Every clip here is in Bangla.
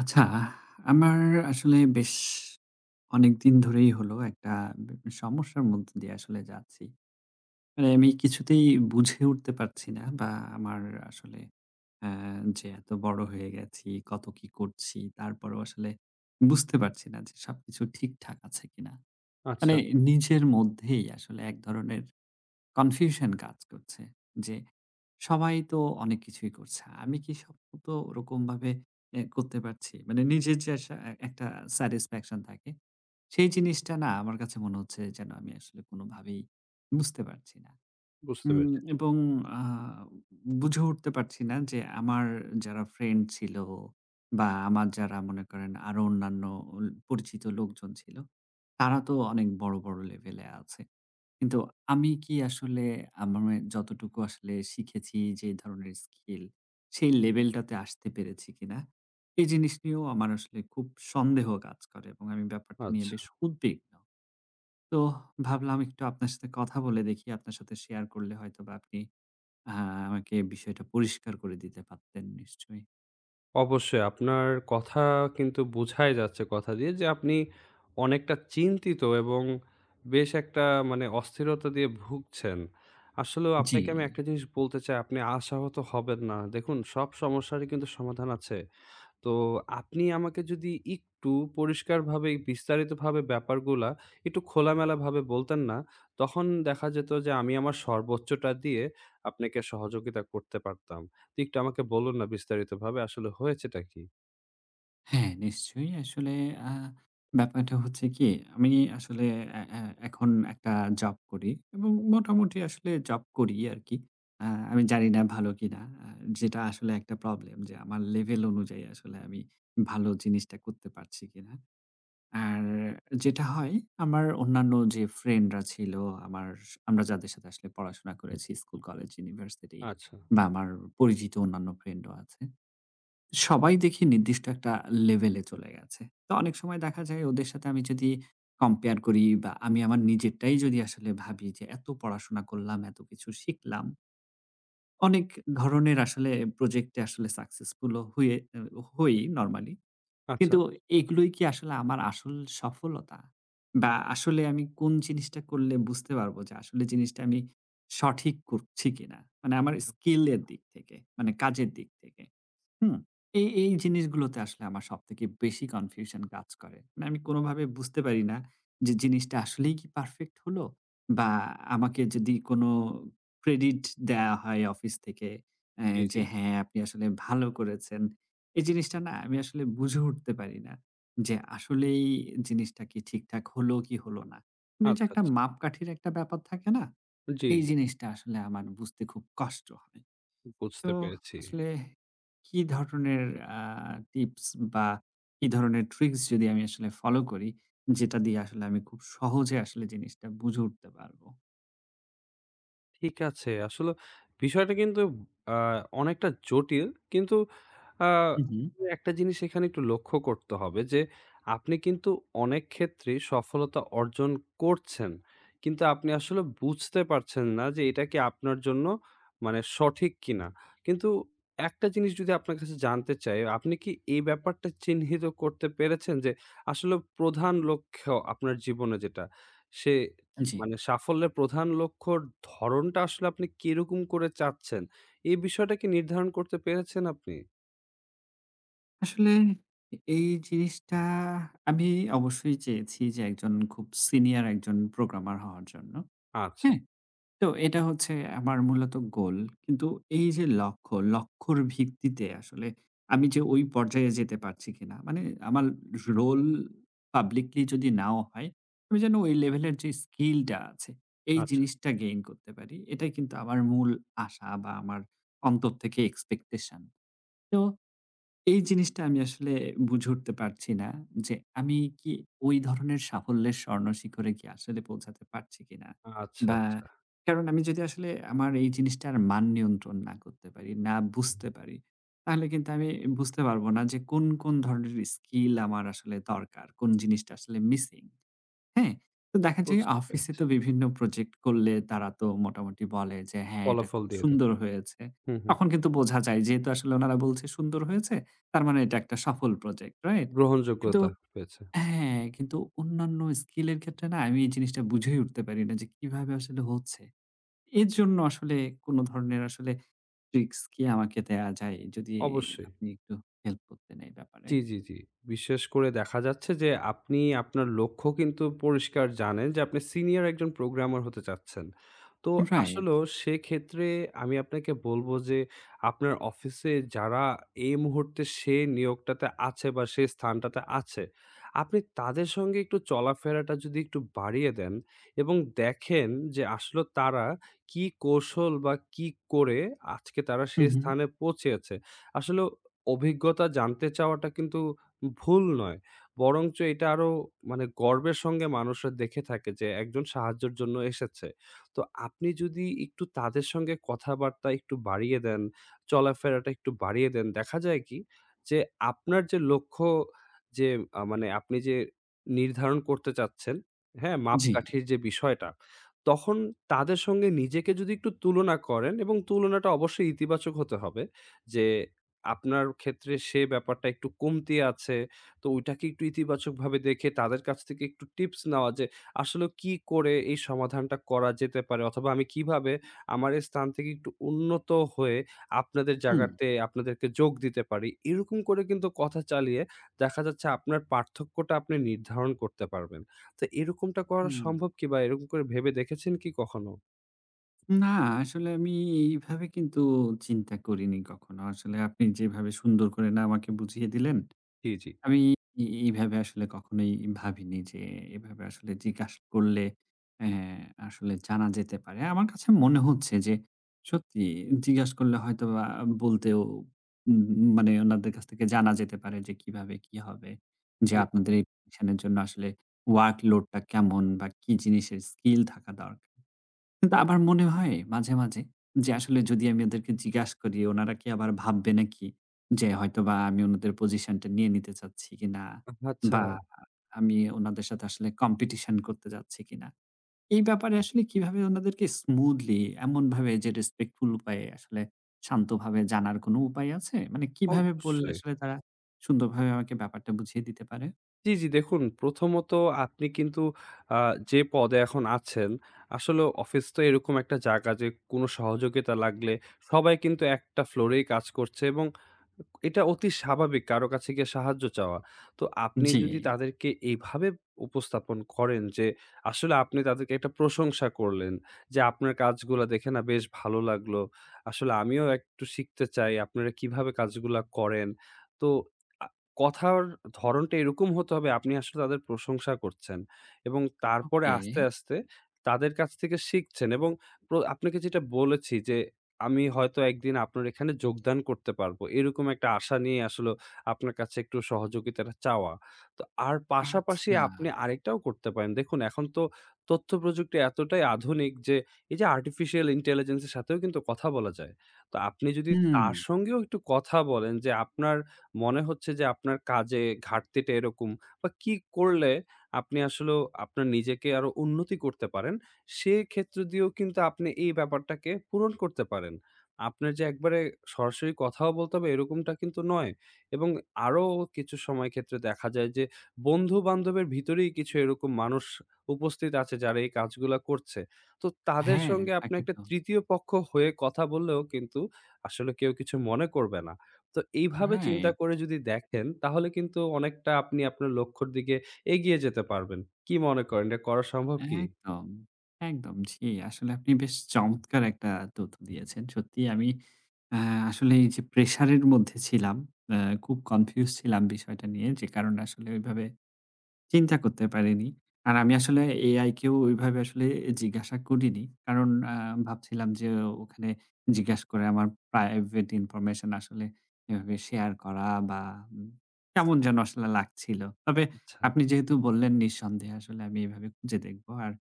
আচ্ছা, আমার আসলে বেশ অনেকদিন ধরেই হলো একটা সমস্যার মধ্য দিয়ে আসলে যাচ্ছি। মানে আমি কিছুতেই বুঝে উঠতে পারছি না বা আমার আসলে অ্যা যে এত বড় হয়ে গেছি, কত কি করছি, তারপরেও আসলে বুঝতে পারছি না যে সবকিছু ঠিকঠাক আছে কিনা। মানে আচ্ছা, নিজের মধ্যেই আসলে এক ধরনের কনফিউশন কাজ করছে যে সবাই তো অনেক কিছুই করছে। আমি কি সব তো ওরকমভাবে করতে পারছি? মানে নিজের যে আসা একটা স্যাটিসফ্যাকশন থাকে, সেই জিনিসটা না আমার কাছে মনে হচ্ছে যেন আমি আসলে কোনোভাবেই বুঝতে পারছি না। বুঝতে পেরেছি। এবং আ বুঝে উঠতে পারছি না যে আমার যারা ফ্রেন্ড ছিল বা আমার যারা মনে করেন আরো অন্যান্য পরিচিত লোকজন ছিল, তারা তো অনেক বড়, বড় লেভেলে আছে। কিন্তু আমি কি আসলে আমার যতটুকু আসলে শিখেছি যে ধরনের স্কিল সেই লেভেলটাতে আসতে পেরেছি কিনা? এই জিনিস নিয়েও আমার আসলে খুব সন্দেহ কাজ করে এবং আমি ব্যাপারটা নিয়ে আচ্ছা। বেশ উদ্বিগ্ন। তো ভাবলাম একটু আপনার সাথে কথা বলে দেখি, আপনার সাথে শেয়ার করলে হয়তোবা আপনি আ আমাকে বিষয়টা পরিষ্কার করে দিতে পারতেন নিশ্চয়ই। অবশ্যই আপনার কথা কিন্তু বোঝাই যাচ্ছে কথা দিয়ে যে আপনি অনেকটা চিন্তিত এবং বেশ একটা মানে অস্থিরতা দিয়ে ভুগছেন। আসলেও জি। আপনাকে আমি একটা জিনিস বলতে চাই, আপনি আশাহত হবেন না। দেখুন সব সমস্যারই কিন্তু সমাধান আছে। তো আপনি আমাকে যদি একটু পরিষ্কারভাবে বিস্তারিতভাবে ব্যাপারগুলা একটু খোলামেলাভাবে বলতেন না, তখন দেখা যেত যে আমি আমার সর্বোচ্চটা দিয়ে আপনাকে সহযোগিতা করতে পারতাম। তো একটু আমাকে বলুন না বিস্তারিতভাবে আসলে হয়েছেটা কি? হ্যাঁ, নিশ্চয়ই। আসলে আ ব্যাপারটা হচ্ছে কি, আমি আসলে এ এ এখন একটা জব করি এবং মোটামুটি আসলে জব করি আরকি। আ আমি জানি না ভালো কিনা। যেটা আসলে একটা প্রবলেম যে আমার লেভেল অনুযায়ী আসলে আমি ভালো জিনিসটা করতে পারছি কিনা। আর যেটা হয় আমার অন্যান্য যে ফ্রেন্ডরা ছিল, আমার আমরা যাদের সাথে আসলে পড়াশোনা করেছি স্কুল, কলেজ, ইউনিভার্সিটি আচ্ছা, বা আমার পরিচিত অন্যান্য ফ্রেন্ডও আছে। সবাই দেখি নির্দিষ্ট একটা লেভেলে চলে গেছে। তো অনেক সময় দেখা যায় ওদের সাথে আমি যদি কম্পেয়ার করি বা আমি আমার নিজেরটাই যদি আসলে ভাবি যে এত পড়াশোনা করলাম, এত কিছু শিখলাম। অনেক ধরনের আসলে প্রজেক্টে আসলে সাকসেসফুল ও হয়ে হই নরমালি। আচ্ছা, কিন্তু এগুলোই কি আসলে আমার আসল সফলতা? বা আসলে আমি কোন জিনিসটা করলে বুঝতে পারবো যে আসলে জিনিসটা আমি সঠিক করছি কিনা? মানে আমার আচ্ছা। স্কিল এর দিক থেকে, মানে কাজের দিক থেকে। হুম। এই জিনিসগুলোতে আসলে আমার সবথেকে বেশি কনফিউশন কাজ করে। মানে আমি কোনোভাবে বুঝতে পারি না যে জিনিসটা আসলেই কি পারফেক্ট হলো? বা আমাকে যদি কোনো ক্রেডিট দেয়া হয় অফিস থেকে জি, জি। যে হ্যাঁ, আপনি আসলে ভালো করেছেন। এই জিনিসটা না আমি আসলে বুঝে উঠতে পারি না যে আসলেই জিনিসটা কি ঠিকঠাক হলো কি হলো না। মানে যে আচ্ছা, একটা আচ্ছা। মাপকাঠির একটা ব্যাপার থাকে না? জি, এই জি। জিনিসটা আসলে আমার বুঝতে খুব কষ্ট হয়। বুঝতে তো পেরেছি। আসলে কি ধরনের আ টিপস বা কি ধরনের ট্রিকস যদি আমি আসলে ফলো করি, যেটা দিয়ে আসলে আমি খুব সহজে আসলে জিনিসটা বুঝে উঠতে পারবো? ঠিক আছে। আসলে বিষয়টা কিন্তু আ অনেকটা জটিল। কিন্তু আ হু, হু। একটা জিনিস এখানে একটু লক্ষ্য করতে হবে যে, আপনি কিন্তু অনেক ক্ষেত্রেই সফলতা অর্জন করছেন। কিন্তু আপনি আসলে বুঝতে পারছেন না যে, এটা কি আপনার জন্য মানে সঠিক কিনা। কিন্তু একটা জিনিস যদি আপনার কাছে জানতে চাই, আপনি কি এই ব্যাপারটা চিহ্নিত করতে পেরেছেন যে, আসলে প্রধান লক্ষ্য আপনার জীবনে যেটা সে জি। মানে সাফল্যের প্রধান লক্ষ্যর ধরণটা আসলে আপনি কিরকম করে চাচ্ছেন? এই বিষয়টা কি নির্ধারণ করতে পেরেছেন আপনি? আসলে এ এই জিনিসটা আমি অবশ্যই চেয়েছি যে একজন খুব সিনিয়র একজন প্রোগ্রামার হওয়ার জন্য। আচ্ছা, হ্যাঁ? তো এটা হচ্ছে আমার মূলত গোল। কিন্তু এই যে লক্ষ্য, লক্ষ্যর ভিত্তিতে আসলে আমি যে ওই পর্যায়ে যেতে পারছি কিনা? মানে আমার রোল পাবলিকলি যদি নাও হয়, আমি যেন ওই লেভেলের যে স্কিলটা আছে, এই আচ্ছা, জিনিসটা গেইন করতে পারি। এটাই কিন্তু আমার মূল আশা বা আমার অন্তর থেকে এক্সপেকটেশন। তো এই জিনিসটা আমি আসলে বুঝে উঠতে পারছি না যে, আমি কি ওই ধরনের সাফল্যের স্বর্ণ শিখরে কি আসলে পৌঁছাতে পারছি কিনা? আচ্ছা, বা আচ্ছা। কারণ আমি যদি আসলে আমার এই জিনিসটার মান নিয়ন্ত্রণ না করতে পারি, না বুঝতে পারি, তাহলে কিন্তু আমি বুঝতে পারব না যে কোন, কোন ধরনের স্কিল আমার আসলে দরকার, কোন জিনিসটা আসলে মিসিং। হ্যাঁ? তো দেখা যায় বুঝতে অফিসে পেরেছি। তো বিভিন্ন প্রজেক্ট করলে তারা তো মোটামুটি বলে যে, "হ্যাঁ, এটা ফলাফল খুব দিয়ে দেয়। সুন্দর হয়েছে।" হুম, হুম। তখন কিন্তু বোঝা যায় যেহেতু আসলে উনারা বলছে সুন্দর হয়েছে, তার মানে এটা একটা সফল প্রজেক্ট, রাইট? কিন্তু গ্রহণযোগ্যতা পেয়েছে। হ্যাঁ, কিন্তু অন্যান্য স্কিল এর ক্ষেত্রে না আমি এই জিনিসটা বুঝেই উঠতে পারি না যে কিভাবে আসলে হচ্ছে। এর জন্য আসলে কোন ধরনের আসলে ট্রিকস কি আমাকে দেয়া যায়? যদি অবশ্যই। আপনি একটু হেল্প করতেন এই ব্যাপারে। জি, জি, জি। বিশেষ করে দেখা যাচ্ছে যে আপনি আপনার লক্ষ্য কিন্তু পরিষ্কার জানেন যে আপনি সিনিয়র একজন প্রোগ্রামার হতে চাচ্ছেন। তো রাইট। আসলেও সেক্ষেত্রে আমি আপনাকে বলব যে আপনার অফিসে যারা এই মুহূর্তে সে নিয়োগটাতে আছে বা সে স্থানটাতে আছে, আপনি তাদের সঙ্গে একটু চলাফেরাটা যদি একটু বাড়িয়ে দেন এবং দেখেন যে আসলে তারা কি কৌশল বা কি করে আজকে তারা হু, সে হু। স্থানে পৌঁছেছে। আসলেও অভিজ্ঞতা জানতে চাওয়াটা কিন্তু ভুল নয়। বরঞ্চ এটা আরো মানে গর্বের সঙ্গে মানুষরা দেখে থাকে যে একজন সাহায্যের জন্য এসেছে। তো আপনি যদি একটু তাদের সঙ্গে কথাবার্তা একটু বাড়িয়ে দেন, চলাফেরাটা একটু বাড়িয়ে দেন, দেখা যায় কি যে আপনার যে লক্ষ্য যে মানে আপনি যে নির্ধারণ করতে চাচ্ছেন, হ্যাঁ? জি। মাপকাঠির যে বিষয়টা, তখন তাদের সঙ্গে নিজেকে যদি একটু তুলনা করেন এবং তুলনাটা অবশ্যই ইতিবাচক হতে হবে যে আপনার ক্ষেত্রে সে ব্যাপারটা একটু কমতি আছে। তো ওইটাকে একটু ইতিবাচকভাবে দেখে তাদের কাছ থেকে একটু টিপস নেওয়া যে, আসলে কি করে এই সমাধানটা করা যেতে পারে? অথবা আমি কিভাবে আমার এই স্থান থেকে একটু উন্নত হয়ে আপনাদের হুম, জায়গাতে আপনাদেরকে যোগ দিতে পারি? এরকম করে কিন্তু কথা চালিয়ে দেখা যাচ্ছে আপনার পার্থক্যটা আপনি নির্ধারণ করতে পারবেন। তো এরকমটা করা হুম। সম্ভব কি? বা এরকম করে ভেবে দেখেছেন কি কখনো? না, আসলে আমি এইভাবে কিন্তু চিন্তা করিনি কখনো। আসলে আপনি যেভাবে সুন্দর করে না আমাকে বুঝিয়ে দিলেন, জি, জি। আমি এইভাবে আসলে কখনোই ভাবিনি যে এভাবে আসলে জিজ্ঞাসা করলে অ্যা আসলে জানা যেতে পারে। আমার কাছে মনে হচ্ছে যে সত্যি জিজ্ঞাসা করলে হয়তোবা বলতেও উম মানে উনাদের কাছ থেকে জানা যেতে পারে যে কিভাবে কি হবে। যে একদম। আপনাদের এই প্রতিষ্ঠানের জন্য আসলে ওয়ার্কলোড টা কেমন বা কি জিনিসের স্কিল থাকা দরকার। কিন্তু আবার মনে হয় মাঝে, মাঝে যে আসলে যদি আমি ওদেরকে জিজ্ঞাসা করি ওনারা কি আবার ভাববে নাকি? যে হয়তোবা আমি ওনাদের পজিশনটা নিয়ে নিতে চাচ্ছি কিনা? আচ্ছা, বা আমি ওনাদের সাথে আসলে কম্পিটিশন করতে যাচ্ছি কিনা? এই ব্যাপারে আসলে কিভাবে ওনাদেরকে স্মুথলি এমনভাবে যে রেসপেক্টফুল উপায়ে আসলে শান্তভাবে জানার কোনো উপায় আছে? মানে কিভাবে বললে অবশ্যই। আসলে তারা সুন্দরভাবে আমাকে ব্যাপারটা বুঝিয়ে দিতে পারে? জি, জি। দেখুন প্রথমত আপনি কিন্তু আ যে পদে এখন আছেন, আসলে অফিস তো এরকম একটা জায়গা যে কোনো সহযোগিতা লাগলে সবাই কিন্তু একটা ফ্লোরেই কাজ করছে এবং এটা অতি স্বাভাবিক কারো কাছে গিয়ে সাহায্য চাওয়া। তো আপনি জি, যদি তাদেরকে এইভাবে উপস্থাপন করেন যে আসলে আপনি তাদেরকে একটা প্রশংসা করলেন যে, "আপনার কাজগুলা দেখে না বেশ ভালো লাগলো। আসলে আমিও একটু শিখতে চাই। আপনারা কিভাবে কাজগুলা করেন?" তো কথার ধরণটা এরকম হতে হবে আপনি আসলে তাদের প্রশংসা করছেন এবং তারপরে ওকে, আস্তে, আস্তে তাদের কাছ থেকে শিখছেন এবং আপনাকে যেটা বলেছি যে, "আমি হয়তো একদিন আপনার এখানে যোগদান করতে পারবো।" এরকম একটা আশা নিয়ে আসলে আপনার কাছে একটু সহযোগিতাটা চাওয়া। তো আর পাশাপাশি আচ্ছা। আপনি আরেকটাও করতে পারেন। দেখুন এখন তো তথ্য প্রযুক্তি এতটাই আধুনিক যে, এই যে আর্টিফিশিয়াল ইন্টেলিজেন্স এর সাথেও কিন্তু কথা বলা যায়। তো আপনি যদি হুম, তার সঙ্গেও একটু কথা বলেন যে, আপনার মনে হচ্ছে যে আপনার কাজে ঘাটতিটা এরকম? বা কি করলে আপনি আসলেও আপনার নিজেকে আরো উন্নতি করতে পারেন, সেক্ষেত্র দিয়েও কিন্তু আপনি এই ব্যাপারটাকে পূরণ করতে পারেন। আপনার যে একবারে সরাসরি কথাও বলতে হবে এরকমটা কিন্তু নয়। এবং আরো কিছু সময় ক্ষেত্রে দেখা যায় যে বন্ধু-বান্ধবের ভিতরেই কিছু এরকম মানুষ উপস্থিত আছে যারা এই কাজগুলা করছে। তো তাদের হ্যাঁ, সঙ্গে আপনি থাকে একটা তো। তৃতীয় পক্ষ হয়ে কথা বললেও কিন্তু আসলে কেউ কিছু মনে করবে না। তো এইভাবে চিন্তা রাইট। করে যদি দেখেন, তাহলে কিন্তু অনেকটা আপনি আপনার লক্ষ্যর দিকে এগিয়ে যেতে পারবেন। কি মনে করেন এটা করা সম্ভব কি? একদম, একদম। জি, আসলে আপনি বেশ চমৎকার একটা তথ্য দিয়েছেন। সত্যি আমি আ আসলে এই যে প্রেশারের মধ্যে ছিলাম, আ খুব কনফিউজ ছিলাম বিষয়টা নিয়ে। যে কারণে আসলে ওইভাবে চিন্তা করতে পারিনি। আর আমি আসলে AI কেও ওইভাবে আসলে জিজ্ঞাসা করিনি। কারণ ভাবছিলাম যে ওখানে জিজ্ঞাসা করে আমার প্রাইভেট ইনফরমেশন আসলে এভাবে শেয়ার করা বা উম কেমন যেন আসলে লাগছিল। তবে আচ্ছা, আপনি যেহেতু বললেন নিঃসন্দেহে আসলে আমি এভাবে খুঁজে দেখব। আর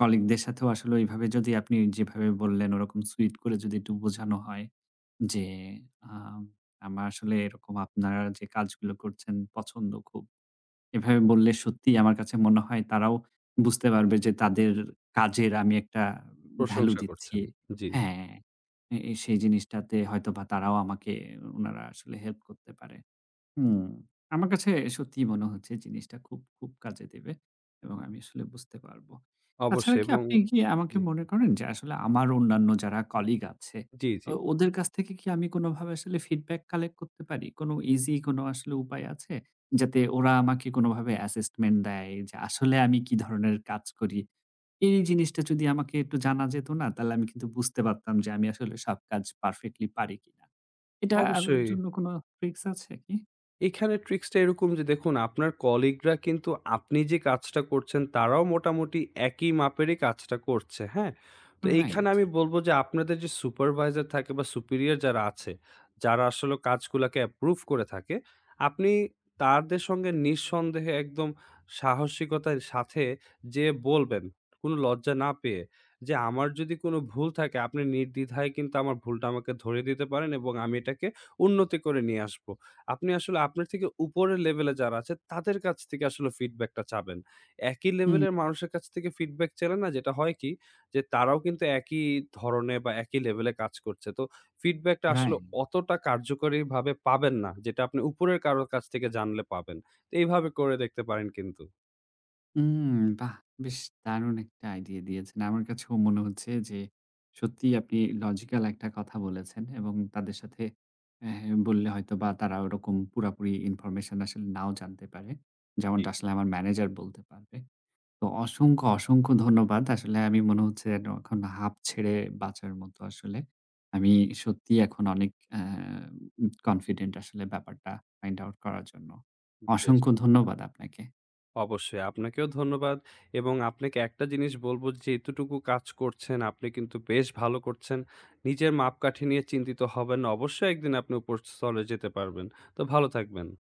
কলিগদের সাথেও আসলে ওইভাবে যদি আপনি যেভাবে বললেন ওরকম সুইট করে যদি একটু বোঝানো হয় যে আ আমার আসলে এরকম আপনারা যে কাজগুলো করছেন পছন্দ খুব। এভাবে বললে সত্যিই আমার কাছে মনে হয় তারাও বুঝতে পারবে যে তাদের কাজের আমি একটা ভ্যালু প্রশংসা দিচ্ছি। করছেন। জি, হ্যাঁ, এ এ সেই জিনিসটাতে হয়তোবা তারাও আমাকে উনারা আসলে হেল্প করতে পারে। হুম, আমার কাছে সত্যিই মনে হচ্ছে জিনিসটা খুব, খুব কাজে দেবে এবং আমি আসলে বুঝতে পারব। তাছাড়া অবশ্যই কি এবং আপনি কি আমাকে জি, মনে করেন যে আসলে আমার অন্যান্য যারা কলিগ আছে, জি, জি, ওদের কাছ থেকে কি আমি কোনোভাবে আসলে ফিডব্যাক কালেক্ট করতে পারি? কোনো ইজি কোনো আসলে উপায় আছে? যাতে ওরা আমাকে কোনোভাবে অ্যাসেসমেন্ট দেয় যে আসলে আমি কি ধরনের কাজ করি? এই জিনিসটা যদি আমাকে একটু জানা যেত না, তাহলে আমি কিন্তু বুঝতে পারতাম যে আমি আসলে সব কাজ পারফেক্টলি পারি কিনা। এটার অবশ্যই। জন্য কোনো ট্রিকস আছে কি? এখানে ট্রিক্স টা এরকম যে দেখুন আপনার কলিগরা কিন্তু আপনি যে কাজটা করছেন তারাও মোটামুটি একই মাপেরই কাজটা করছে, হ্যাঁ? তো এইখানে রাইট। আমি বলব যে আপনাদের যে সুপারভাইজার থাকে বা সুপিরিয়র যারা আছে, যারা আসলে কাজগুলাকে অ্যাপ্রুভ করে থাকে, আপনি তাদের সঙ্গে নিঃসন্দেহে একদম সাহসিকতার সাথে যেয়ে বলবেন, কোনো লজ্জা না পেয়ে যে, "আমার যদি কোনো ভুল থাকে আপনি নির্দ্বিধায় কিন্তু আমার ভুলটা আমাকে ধরিয়ে দিতে পারেন এবং আমি এটাকে উন্নতি করে নিয়ে আসবো।" আপনি আসলে আপনার থেকে উপরের লেভেলে যারা আছে তাদের কাছ থেকে আসলে ফিডব্যাকটা চাবেন। একই হুম। লেভেলের মানুষের কাছ থেকে ফিডব্যাক চাইলে না যেটা হয় কি যে তারাও কিন্তু একই ধরনের বা একই লেভেলে কাজ করছে। তো ফিডব্যাকটা আসলে রাইট। অতটা কার্যকরীভাবে পাবেন না যেটা আপনি উপরের কারো কাছ থেকে জানলে পাবেন। তো এইভাবে করে দেখতে পারেন কিন্তু। হুম, বাহ! বেশ দারুণ একটা আইডিয়া দিয়েছেন। আমার কাছেও মনে হচ্ছে যে, সত্যিই আপনি লজিক্যাল একটা কথা বলেছেন এবং তাদের সাথে অ্যা বললে হয়তোবা তারা ওরকম পুরাপুরি ইনফরমেশন আসলে নাও জানতে পারে। জি, যেমনটা আসলে আমার ম্যানেজার বলতে পারবে। তো অসংখ্য, অসংখ্য ধন্যবাদ। আসলে আমি মনে হচ্ছে যেন এখন হাঁফ ছেড়ে বাঁচার মতো আসলে। আমি সত্যিই এখন অনেক কনফিডেন্ট আসলে ব্যাপারটা ফাইন্ড আউট করার জন্য। বেশ অসংখ্য চমৎকার! ধন্যবাদ আপনাকে। অবশ্যই। আপনাকেও ধন্যবাদ এবং আপনাকে একটা জিনিস বলব যে এতটুকু কাজ করছেন আপনি কিন্তু বেশ ভালো করছেন। নিজের মাপকাঠি নিয়ে চিন্তিত হবেন না। অবশ্যই একদিন আপনি উপরস্থলে যেতে পারবেন। তো ভালো থাকবেন।